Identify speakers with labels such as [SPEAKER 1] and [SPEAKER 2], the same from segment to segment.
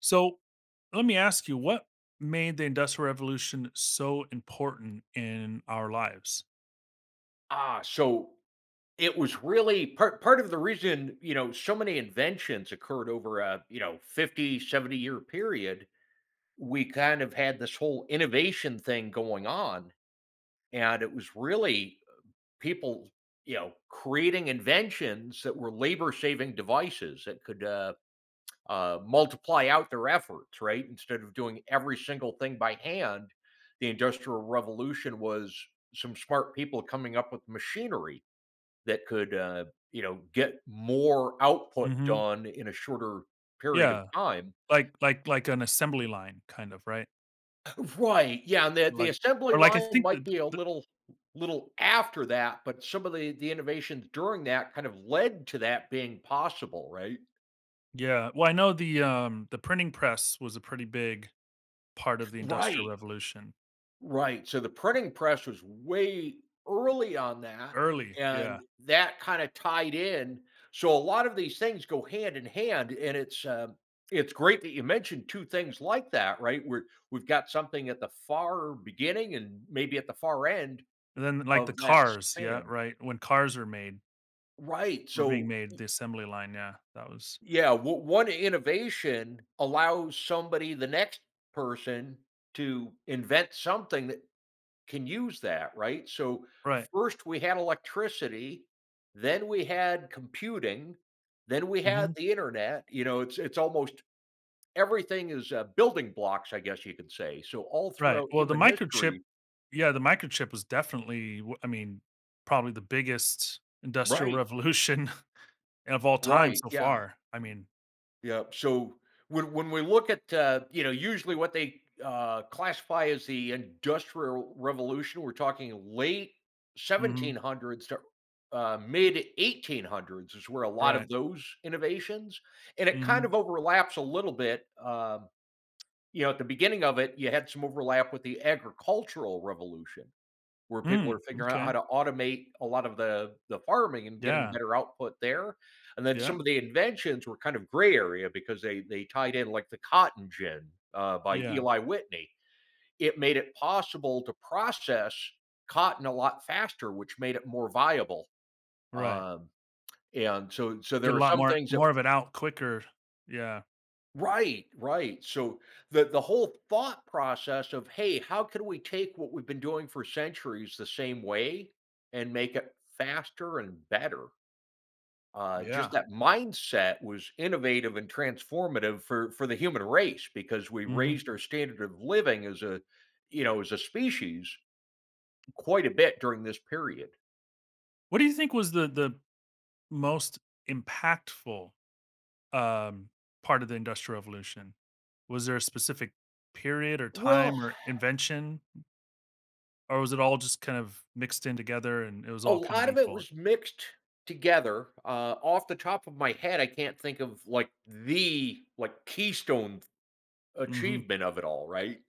[SPEAKER 1] So let me ask you, what made the Industrial Revolution so important in our lives?
[SPEAKER 2] So it was really part of the reason, you know, so many inventions occurred over a, you know, 50 to 70 year period. We kind of had this whole innovation thing going on. And it was really people, you know, creating inventions that were labor saving devices that could multiply out their efforts, right? Instead of doing every single thing by hand, the Industrial Revolution was some smart people coming up with machinery that could, you know, get more output
[SPEAKER 1] Hmm.
[SPEAKER 2] done in a shorter period of
[SPEAKER 1] Yeah,
[SPEAKER 2] time.
[SPEAKER 1] like an assembly line, kind of, right?
[SPEAKER 2] Right, yeah, and the the
[SPEAKER 1] Like,
[SPEAKER 2] assembly
[SPEAKER 1] or like I
[SPEAKER 2] line
[SPEAKER 1] think
[SPEAKER 2] might
[SPEAKER 1] that
[SPEAKER 2] be a
[SPEAKER 1] the,
[SPEAKER 2] little after that, but some of the innovations during that kind of led to that being possible, right?
[SPEAKER 1] yeah. Well, I know the printing press was a pretty big part of the Industrial
[SPEAKER 2] Right.
[SPEAKER 1] Revolution.
[SPEAKER 2] Right, so the printing press was way early on that,
[SPEAKER 1] Early, yeah.
[SPEAKER 2] and that kinda tied in. So a lot of these things go hand in hand, and it's it's great that you mentioned 2 things like that, right? Where we've got something at the far beginning and maybe at the far end
[SPEAKER 1] And then like the
[SPEAKER 2] of that
[SPEAKER 1] cars, yeah,
[SPEAKER 2] span.
[SPEAKER 1] right. When cars were made,
[SPEAKER 2] Right,
[SPEAKER 1] were being
[SPEAKER 2] so
[SPEAKER 1] made, the assembly line, yeah, that was
[SPEAKER 2] yeah, one innovation allows somebody the next person to invent something that can use that, right? So
[SPEAKER 1] right.
[SPEAKER 2] first we had electricity, then we had computing, then we had
[SPEAKER 1] Mm-hmm.
[SPEAKER 2] the internet. You know, it's almost everything is building blocks, I guess you could say. So all
[SPEAKER 1] Right,
[SPEAKER 2] throughout
[SPEAKER 1] well, the
[SPEAKER 2] human
[SPEAKER 1] microchip,
[SPEAKER 2] history,
[SPEAKER 1] yeah, the microchip was definitely w I mean, probably the biggest industrial
[SPEAKER 2] right,
[SPEAKER 1] revolution of all time
[SPEAKER 2] right,
[SPEAKER 1] so
[SPEAKER 2] yeah.
[SPEAKER 1] far, I mean,
[SPEAKER 2] Yeah, so when we look at you know usually what they classify as the Industrial Revolution, we're talking late
[SPEAKER 1] mhm,
[SPEAKER 2] 1700s to mid 1800s is where a lot
[SPEAKER 1] right,
[SPEAKER 2] of those innovations, and it kind
[SPEAKER 1] mhm,
[SPEAKER 2] of overlaps a little bit. You know, at the beginning of it, you had some overlap with the Agricultural Revolution, where people
[SPEAKER 1] mm,
[SPEAKER 2] are figuring out
[SPEAKER 1] m'kay,
[SPEAKER 2] how to automate a lot of the farming and getting
[SPEAKER 1] yeah,
[SPEAKER 2] better output there. And then
[SPEAKER 1] yeah,
[SPEAKER 2] some of the inventions were kind of gray area because they tied in like the cotton gin by
[SPEAKER 1] yeah,
[SPEAKER 2] Eli Whitney. It made it possible to process cotton a lot faster, which made it more viable.
[SPEAKER 1] right,
[SPEAKER 2] Um, and so
[SPEAKER 1] get
[SPEAKER 2] there
[SPEAKER 1] a
[SPEAKER 2] are
[SPEAKER 1] lot
[SPEAKER 2] some
[SPEAKER 1] more
[SPEAKER 2] things that
[SPEAKER 1] more of it out quicker, yeah,
[SPEAKER 2] right, right. So the whole thought process of, "Hey, how can we take what we've been doing for centuries the same way and make it faster and better?" Just
[SPEAKER 1] yeah,
[SPEAKER 2] that mindset was innovative and transformative for the human race because we
[SPEAKER 1] mhm.
[SPEAKER 2] raised our standard of living as a, you know, as a species quite a bit during this period.
[SPEAKER 1] What do you think was the most impactful, um, part of the industrial revolution? Was there a specific period or
[SPEAKER 2] Well.
[SPEAKER 1] time or invention? Or was it all just kind of mixed in together and it was
[SPEAKER 2] A
[SPEAKER 1] all kind of
[SPEAKER 2] lot of it
[SPEAKER 1] equal?
[SPEAKER 2] was mixed together. Off the top of my head, I can't think of like the keystone
[SPEAKER 1] Mhm,
[SPEAKER 2] achievement of it all, right?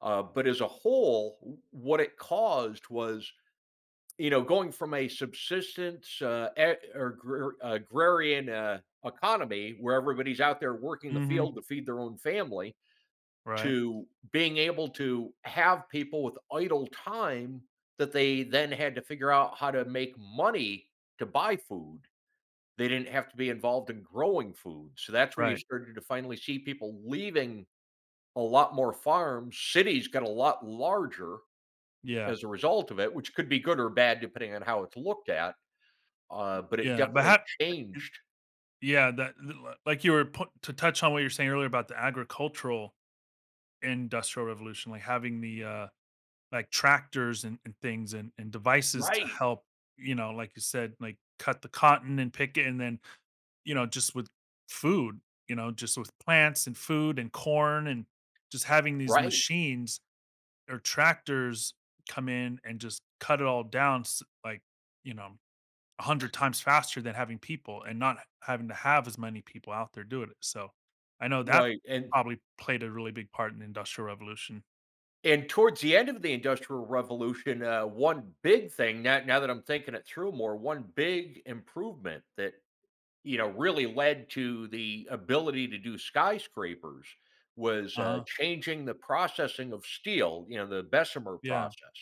[SPEAKER 2] But as a whole, what it caused was, you know, going from a subsistence agrarian economy where everybody's out there working the field
[SPEAKER 1] mhm.
[SPEAKER 2] to feed their own family
[SPEAKER 1] Right,
[SPEAKER 2] to being able to have people with idle time that they then had to figure out how to make money to buy food. They didn't have to be involved in growing food. So that's where you
[SPEAKER 1] right.
[SPEAKER 2] started to finally see people leaving a lot more farms. Cities got a lot larger
[SPEAKER 1] Yeah,
[SPEAKER 2] as a result of it, which could be good or bad depending on how it's looked at. But it
[SPEAKER 1] yeah, but
[SPEAKER 2] definitely
[SPEAKER 1] how.
[SPEAKER 2] changed.
[SPEAKER 1] Yeah, that l like you were po to touch on what you were saying earlier about the agricultural industrial revolution, like having the, like, tractors and things and devices to
[SPEAKER 2] Right,
[SPEAKER 1] help, you know, like you said, like, cut the cotton and pick it, and then, you know, just with food, you know, just with plants and food and corn, and just having these
[SPEAKER 2] right,
[SPEAKER 1] machines or tractors come in and just cut it all down like, you know, 100 times faster than having people, and not having to have as many people out there doing it. So I know that
[SPEAKER 2] right. And
[SPEAKER 1] probably played a really big part in the industrial revolution.
[SPEAKER 2] And towards the end of the Industrial Revolution, one big thing now, now that I'm thinking it through more, one big improvement that you know really led to the ability to do skyscrapers was
[SPEAKER 1] Uh-huh.
[SPEAKER 2] changing the processing of steel. You know, the Bessemer
[SPEAKER 1] Yeah.
[SPEAKER 2] process,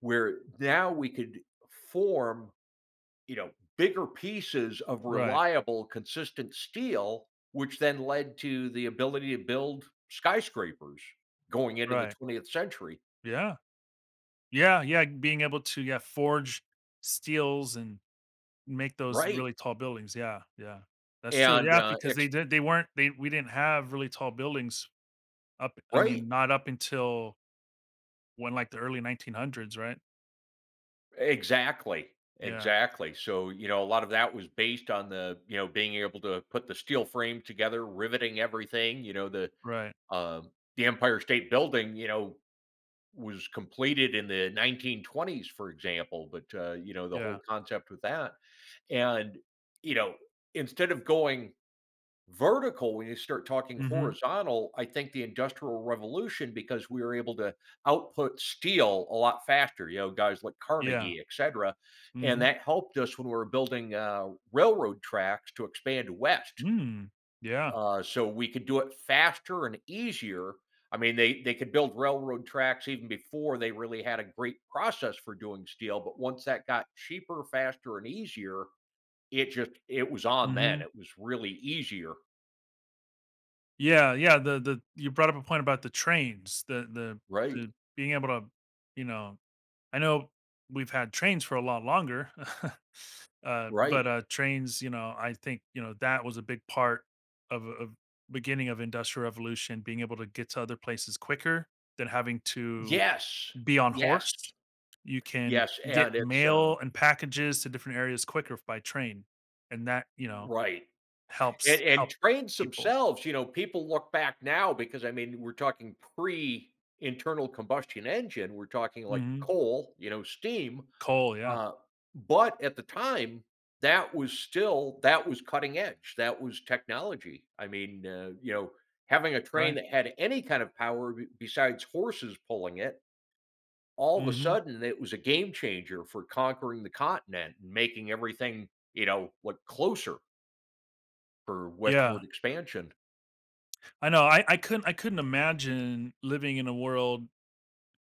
[SPEAKER 2] where now we could form you know bigger pieces of
[SPEAKER 1] Right.
[SPEAKER 2] reliable, consistent steel, which then led to the ability to build skyscrapers going into the
[SPEAKER 1] Right.
[SPEAKER 2] 20th century.
[SPEAKER 1] Yeah. Yeah. Yeah. Being able to, yeah, forge steels and make those
[SPEAKER 2] Right,
[SPEAKER 1] really tall buildings. Yeah. Yeah. That's true.
[SPEAKER 2] and,
[SPEAKER 1] Yeah, because they
[SPEAKER 2] ex
[SPEAKER 1] did, they weren't, they we didn't have really tall buildings up, I
[SPEAKER 2] right,
[SPEAKER 1] mean, not up until when, like, the early 1900s, right?
[SPEAKER 2] exactly,
[SPEAKER 1] Yeah,
[SPEAKER 2] exactly, so, you know, a lot of that was based on the you know, being able to put the steel frame together, riveting everything, you know,
[SPEAKER 1] right,
[SPEAKER 2] um the Empire State Building, you know, was completed in the 1920s, for example, but, you know, the
[SPEAKER 1] yeah,
[SPEAKER 2] whole concept with that, and, you know, instead of going vertical, when you start talking
[SPEAKER 1] mhm,
[SPEAKER 2] horizontal, I think the Industrial Revolution, because we were able to output steel a lot faster, you know, guys like
[SPEAKER 1] yeah,
[SPEAKER 2] Carnegie, et cetera, and
[SPEAKER 1] mhm,
[SPEAKER 2] that helped us when we were building, railroad tracks to expand west,
[SPEAKER 1] mm, yeah,
[SPEAKER 2] so we could do it faster and easier. I mean, they could build railroad tracks even before they really had a great process for doing steel, but once that got cheaper, faster, and easier, it was on then.
[SPEAKER 1] mhm,
[SPEAKER 2] It was really easier,
[SPEAKER 1] yeah, yeah, the you brought up a point about the trains, the
[SPEAKER 2] right?
[SPEAKER 1] the being able to, you know, I know we've had trains for a lot longer, but,
[SPEAKER 2] Right.
[SPEAKER 1] trains, you know, I think, you know, that was a big part of beginning of Industrial Revolution, being able to get to other places quicker than having to
[SPEAKER 2] Yes.
[SPEAKER 1] be on
[SPEAKER 2] Yes.
[SPEAKER 1] horse. You can
[SPEAKER 2] Yes,
[SPEAKER 1] get
[SPEAKER 2] and it's, uh
[SPEAKER 1] mail and packages to different areas quicker by train, and that, you know,
[SPEAKER 2] right.
[SPEAKER 1] helps
[SPEAKER 2] And
[SPEAKER 1] help
[SPEAKER 2] trains
[SPEAKER 1] people.
[SPEAKER 2] themselves, you know, people look back now because, I mean, we're talking pre-internal combustion engine, we're talking like
[SPEAKER 1] Mhm.
[SPEAKER 2] coal, you know, steam,
[SPEAKER 1] Coal, yeah,
[SPEAKER 2] uh, but at the time, that was cutting edge, that was technology. I mean, you know, having a train
[SPEAKER 1] right.
[SPEAKER 2] that had any kind of power b besides horses pulling it, all of a
[SPEAKER 1] Mhm.
[SPEAKER 2] sudden it was a game changer for conquering the continent and making everything, you know, look closer for
[SPEAKER 1] Yeah.
[SPEAKER 2] westward expansion.
[SPEAKER 1] I know, I couldn't, I couldn't imagine living in a world,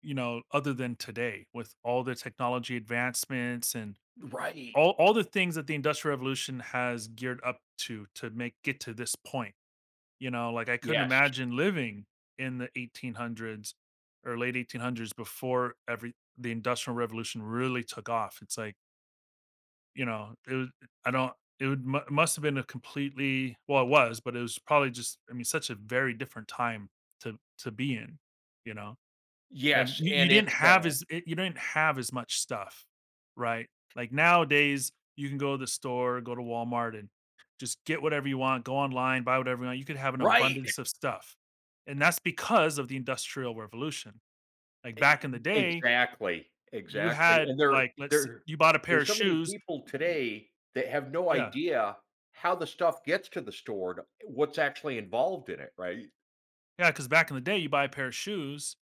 [SPEAKER 1] you know, other than today with all the technology advancements and
[SPEAKER 2] Right.
[SPEAKER 1] all the things that the Industrial Revolution has geared up to make get to this point. You know, like I couldn't
[SPEAKER 2] Yes.
[SPEAKER 1] imagine living in the 1800s or late 1800s before every the industrial revolution really took off. It's like, you know, it was, I don't, it would must have been a completely, well, it was, but it was probably just, I mean, such a very different time to be in, you know.
[SPEAKER 2] Yes,
[SPEAKER 1] You, you
[SPEAKER 2] and
[SPEAKER 1] didn't
[SPEAKER 2] it's,
[SPEAKER 1] have
[SPEAKER 2] uh
[SPEAKER 1] as it, you didn't have as much stuff, right? Like nowadays, you can go to the store, go to Walmart, and just get whatever you want. Go online, buy whatever you want. You could have an
[SPEAKER 2] right.
[SPEAKER 1] abundance of stuff, and that's because of the Industrial Revolution. Like back
[SPEAKER 2] E
[SPEAKER 1] in the day,
[SPEAKER 2] Exactly,
[SPEAKER 1] you had
[SPEAKER 2] and there
[SPEAKER 1] like, let's
[SPEAKER 2] there
[SPEAKER 1] you bought a pair
[SPEAKER 2] there's
[SPEAKER 1] of
[SPEAKER 2] so many
[SPEAKER 1] shoes,
[SPEAKER 2] people
[SPEAKER 1] y-
[SPEAKER 2] today that have no
[SPEAKER 1] yeah,
[SPEAKER 2] idea how the stuff gets to the store, to what's actually involved in it, right?
[SPEAKER 1] yeah, because back in the day, you buy a pair of shoes,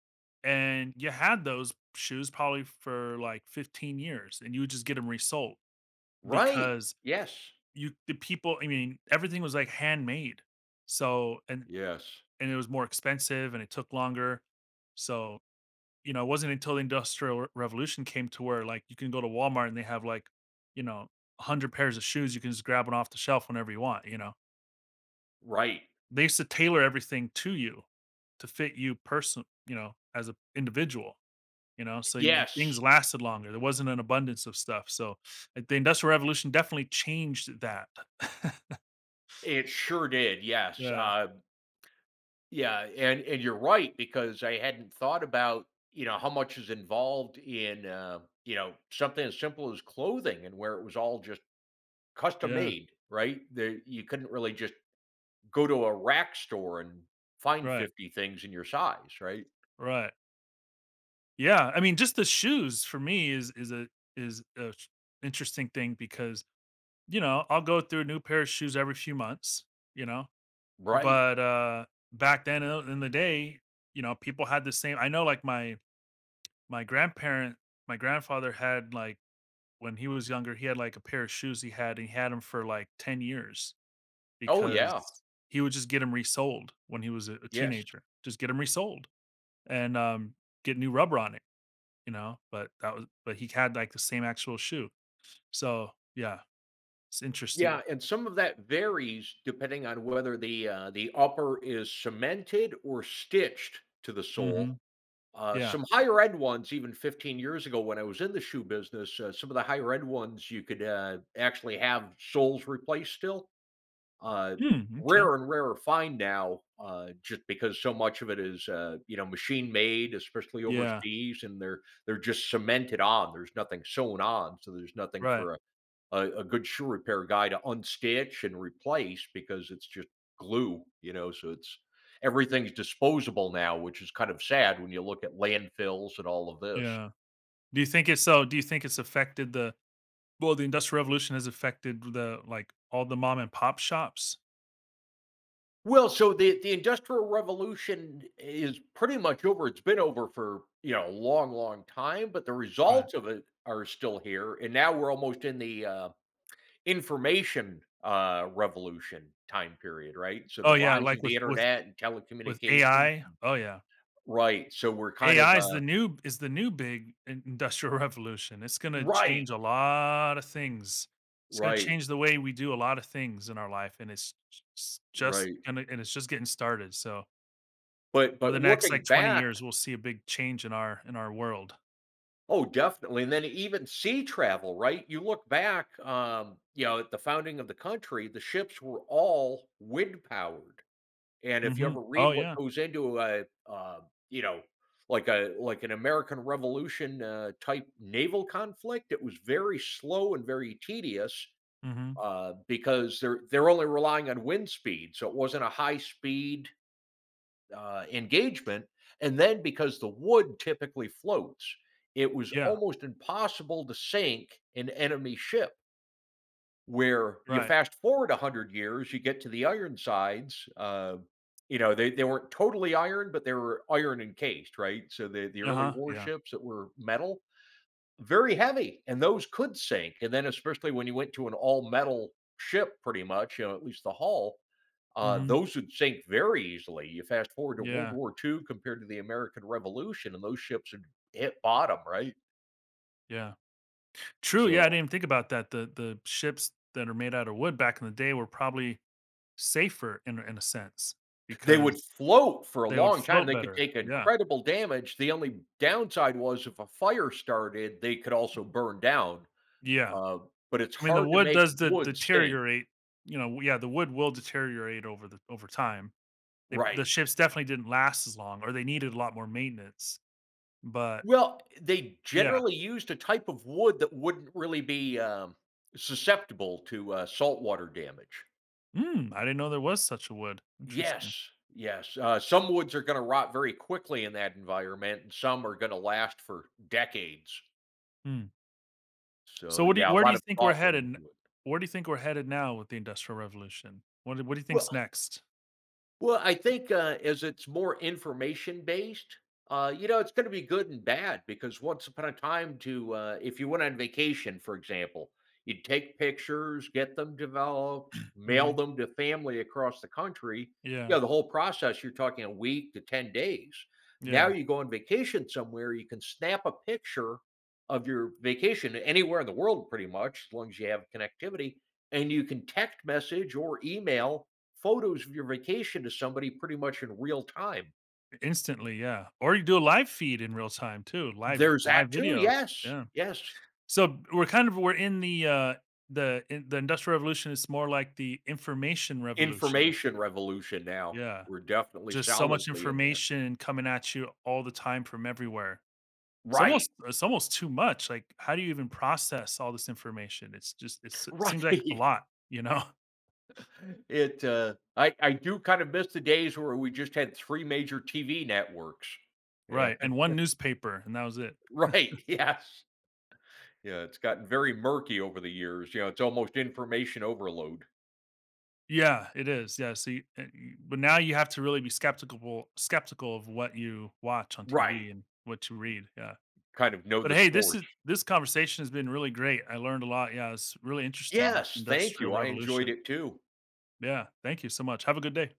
[SPEAKER 1] and you had those shoes probably for like 15 years, and you would just get them resold
[SPEAKER 2] Right.
[SPEAKER 1] because
[SPEAKER 2] Yes.
[SPEAKER 1] you the people, I mean, everything was, like, handmade. So and
[SPEAKER 2] Yes.
[SPEAKER 1] and it was more expensive, and it took longer. So, you know, it wasn't until the Industrial Re Revolution came to where, like, you can go to Walmart and they have, like, you know, 100 pairs of shoes, you can just grab one off the shelf whenever you want, you know?
[SPEAKER 2] Right.
[SPEAKER 1] They used to tailor everything to you, to fit you person, you know, as a individual, you know? So you things
[SPEAKER 2] Yes.
[SPEAKER 1] lasted longer. There wasn't an abundance of stuff. So, like, the Industrial Revolution definitely changed that.
[SPEAKER 2] It sure did, yes.
[SPEAKER 1] Yeah.
[SPEAKER 2] Yeah, and you're right because I hadn't thought about, you know, how much is involved in, you know, something as simple as clothing and where it was all just custom
[SPEAKER 1] Yeah.
[SPEAKER 2] made, right? There you couldn't really just go to a rack store and find
[SPEAKER 1] Right,
[SPEAKER 2] 50 things in your size, right?
[SPEAKER 1] right. Yeah, I mean, just the shoes for me is a interesting thing because, you know, I'll go through a new pair of shoes every few months, you know.
[SPEAKER 2] Right.
[SPEAKER 1] But back then, in the day, you know, people had the same. I know, like my my grandparent, my grandfather had, like, when he was younger, he had like a pair of shoes he had, and he had them for like 10 years
[SPEAKER 2] Oh yeah.
[SPEAKER 1] because he would just get them resold when he was a
[SPEAKER 2] Yes.
[SPEAKER 1] teenager. Just get them resold, and get new rubber on it, you know, but that was, but he had, like, the same actual shoe. So, yeah, it's interesting.
[SPEAKER 2] Yeah, and some of that varies depending on whether the upper is cemented or stitched to the sole.
[SPEAKER 1] Mhm. Yeah.
[SPEAKER 2] Some higher end ones, even 15 years ago when I was in the shoe business, some of the higher end ones you could actually have soles replaced still. Uh,
[SPEAKER 1] Mm, m'kay.
[SPEAKER 2] Rare and rarer find now, just because so much of it is you know machine made, especially
[SPEAKER 1] Yeah.
[SPEAKER 2] overseas, and they're just cemented on. There's nothing sewn on, so there's nothing
[SPEAKER 1] Right.
[SPEAKER 2] for a good shoe repair guy to unstitch and replace because it's just glue, you know. So it's everything's disposable now, which is kind of sad when you look at landfills and all of this.
[SPEAKER 1] Yeah. Do you think it's, so do you think it's affected the, well, the Industrial Revolution has affected the, like, all the mom and pop shops?
[SPEAKER 2] Well, so the industrial revolution is pretty much over. It's been over for, you know, a long time, but the
[SPEAKER 1] Right.
[SPEAKER 2] results of it are still here and now we're almost in the information revolution time period, right? So
[SPEAKER 1] Oh,
[SPEAKER 2] the
[SPEAKER 1] yeah,
[SPEAKER 2] rise of
[SPEAKER 1] like,
[SPEAKER 2] the
[SPEAKER 1] with with
[SPEAKER 2] internet and
[SPEAKER 1] with
[SPEAKER 2] telecommunication.
[SPEAKER 1] AI? Oh, yeah.
[SPEAKER 2] Right. So we're kind of
[SPEAKER 1] AI is the new, is the new big in industrial revolution. It's gonna change
[SPEAKER 2] Right,
[SPEAKER 1] a lot of things. It's gonna
[SPEAKER 2] right,
[SPEAKER 1] change the way we do a lot of things in our life, and it's j s just
[SPEAKER 2] right.
[SPEAKER 1] gonna, and it's just getting started, so,
[SPEAKER 2] But
[SPEAKER 1] over the
[SPEAKER 2] but
[SPEAKER 1] next,
[SPEAKER 2] looking
[SPEAKER 1] like, 20
[SPEAKER 2] back
[SPEAKER 1] years, we'll see a big change in our world.
[SPEAKER 2] oh, definitely, and then even sea travel, right? You look back, you know, at the founding of the country, the ships were all wind powered, and if you
[SPEAKER 1] Mhm.
[SPEAKER 2] ever read
[SPEAKER 1] Oh,
[SPEAKER 2] what
[SPEAKER 1] yeah.
[SPEAKER 2] goes into a, uh, you know, like an American Revolution, type naval conflict, it was very slow and very tedious,
[SPEAKER 1] Mhm.
[SPEAKER 2] because they're only relying on wind speed, so it wasn't a high speed engagement. And then because the wood typically floats, it was
[SPEAKER 1] Yeah.
[SPEAKER 2] almost impossible to sink an enemy ship. Where you
[SPEAKER 1] Right.
[SPEAKER 2] fast forward 100 years, you get to the Ironsides. You know, they weren't totally iron, but they were iron encased, right? So the early
[SPEAKER 1] Uh-huh. Yeah.
[SPEAKER 2] warships that were metal, very heavy, and those could sink. And then, especially when you went to an all metal ship, pretty much, you know, at least the hull,
[SPEAKER 1] Mhm.
[SPEAKER 2] those would sink very easily. You fast forward to World
[SPEAKER 1] Yeah.
[SPEAKER 2] War II compared to the American Revolution, and those ships would hit bottom, right?
[SPEAKER 1] Yeah. True, yeah, I didn't
[SPEAKER 2] So
[SPEAKER 1] even think about that. The ships that are made out of wood back in the day were probably safer in a sense
[SPEAKER 2] they
[SPEAKER 1] because
[SPEAKER 2] would float for a
[SPEAKER 1] they would
[SPEAKER 2] long time.
[SPEAKER 1] float
[SPEAKER 2] They could
[SPEAKER 1] better.
[SPEAKER 2] take
[SPEAKER 1] Yeah.
[SPEAKER 2] incredible damage. The only downside was if a fire started, they could also burn down.
[SPEAKER 1] Yeah.
[SPEAKER 2] Uh, but it's
[SPEAKER 1] I mean, the
[SPEAKER 2] hard to
[SPEAKER 1] wood
[SPEAKER 2] make
[SPEAKER 1] does de
[SPEAKER 2] wood sink,
[SPEAKER 1] deteriorate, you know, yeah, the wood will deteriorate over the over time. They,
[SPEAKER 2] right?
[SPEAKER 1] the ships definitely didn't last as long, or they needed a lot more maintenance, but
[SPEAKER 2] Well, they
[SPEAKER 1] yeah.
[SPEAKER 2] generally used a type of wood that wouldn't really be susceptible to saltwater damage.
[SPEAKER 1] Mm, I didn't know there was such a wood. Interesting.
[SPEAKER 2] Yes. Some woods are going to rot very quickly in that environment, and some are going to last for decades.
[SPEAKER 1] Hmm. So
[SPEAKER 2] So,
[SPEAKER 1] what do you,
[SPEAKER 2] yeah, a
[SPEAKER 1] where do
[SPEAKER 2] lot
[SPEAKER 1] you
[SPEAKER 2] of
[SPEAKER 1] think we're
[SPEAKER 2] thought went
[SPEAKER 1] headed n,
[SPEAKER 2] into it.
[SPEAKER 1] where do you think we're headed now with the Industrial Revolution? What do, what do you
[SPEAKER 2] Well
[SPEAKER 1] think's next?
[SPEAKER 2] Well, I think, as it's more information based, you know, it's going to be good and bad because once upon a time, to if you went on vacation, for example, you'd take pictures, get them developed, mail
[SPEAKER 1] Mhm.
[SPEAKER 2] them to family across the country. You
[SPEAKER 1] Yeah.
[SPEAKER 2] know, the whole process, you're talking a week to 10 days. Now
[SPEAKER 1] Yeah.
[SPEAKER 2] you go on vacation somewhere, you can snap a picture of your vacation anywhere in the world, pretty much, as long as you have connectivity, and you can text message or email photos of your vacation to somebody pretty much in real time.
[SPEAKER 1] Instantly, yeah. Or you do a live feed in real time too, live
[SPEAKER 2] There's
[SPEAKER 1] live
[SPEAKER 2] that too,
[SPEAKER 1] video. Yeah.
[SPEAKER 2] yes.
[SPEAKER 1] So we're kind of we're in the in, the industrial revolution is more like the information revolution.
[SPEAKER 2] Information revolution now.
[SPEAKER 1] Yeah.
[SPEAKER 2] We're definitely
[SPEAKER 1] Just so much
[SPEAKER 2] solidly in there.
[SPEAKER 1] information coming at you all the time from everywhere. It's
[SPEAKER 2] Right,
[SPEAKER 1] almost, it's almost too much. Like how do you even process all this information? It's just it's, it seems like a
[SPEAKER 2] right.
[SPEAKER 1] lot, you know.
[SPEAKER 2] I do kind of miss the days where we just had 3 major TV networks. Yeah,
[SPEAKER 1] Right. And one newspaper and that was it.
[SPEAKER 2] right, yes. Yeah, it's gotten very murky over the years, you know, it's almost information overload.
[SPEAKER 1] Yeah, it is. Yeah, so you, you- but now you have to really be skeptical of what you watch on
[SPEAKER 2] Right,
[SPEAKER 1] TV and what you read. Yeah.
[SPEAKER 2] kind of know
[SPEAKER 1] But
[SPEAKER 2] the
[SPEAKER 1] hey, this
[SPEAKER 2] source.
[SPEAKER 1] is, this conversation has been really great. I learned a lot. Yeah, it's really interesting, this
[SPEAKER 2] Yes, thank
[SPEAKER 1] industrial
[SPEAKER 2] you, I enjoyed
[SPEAKER 1] revolution.
[SPEAKER 2] it too.
[SPEAKER 1] Yeah, thank you so much. Have a good day.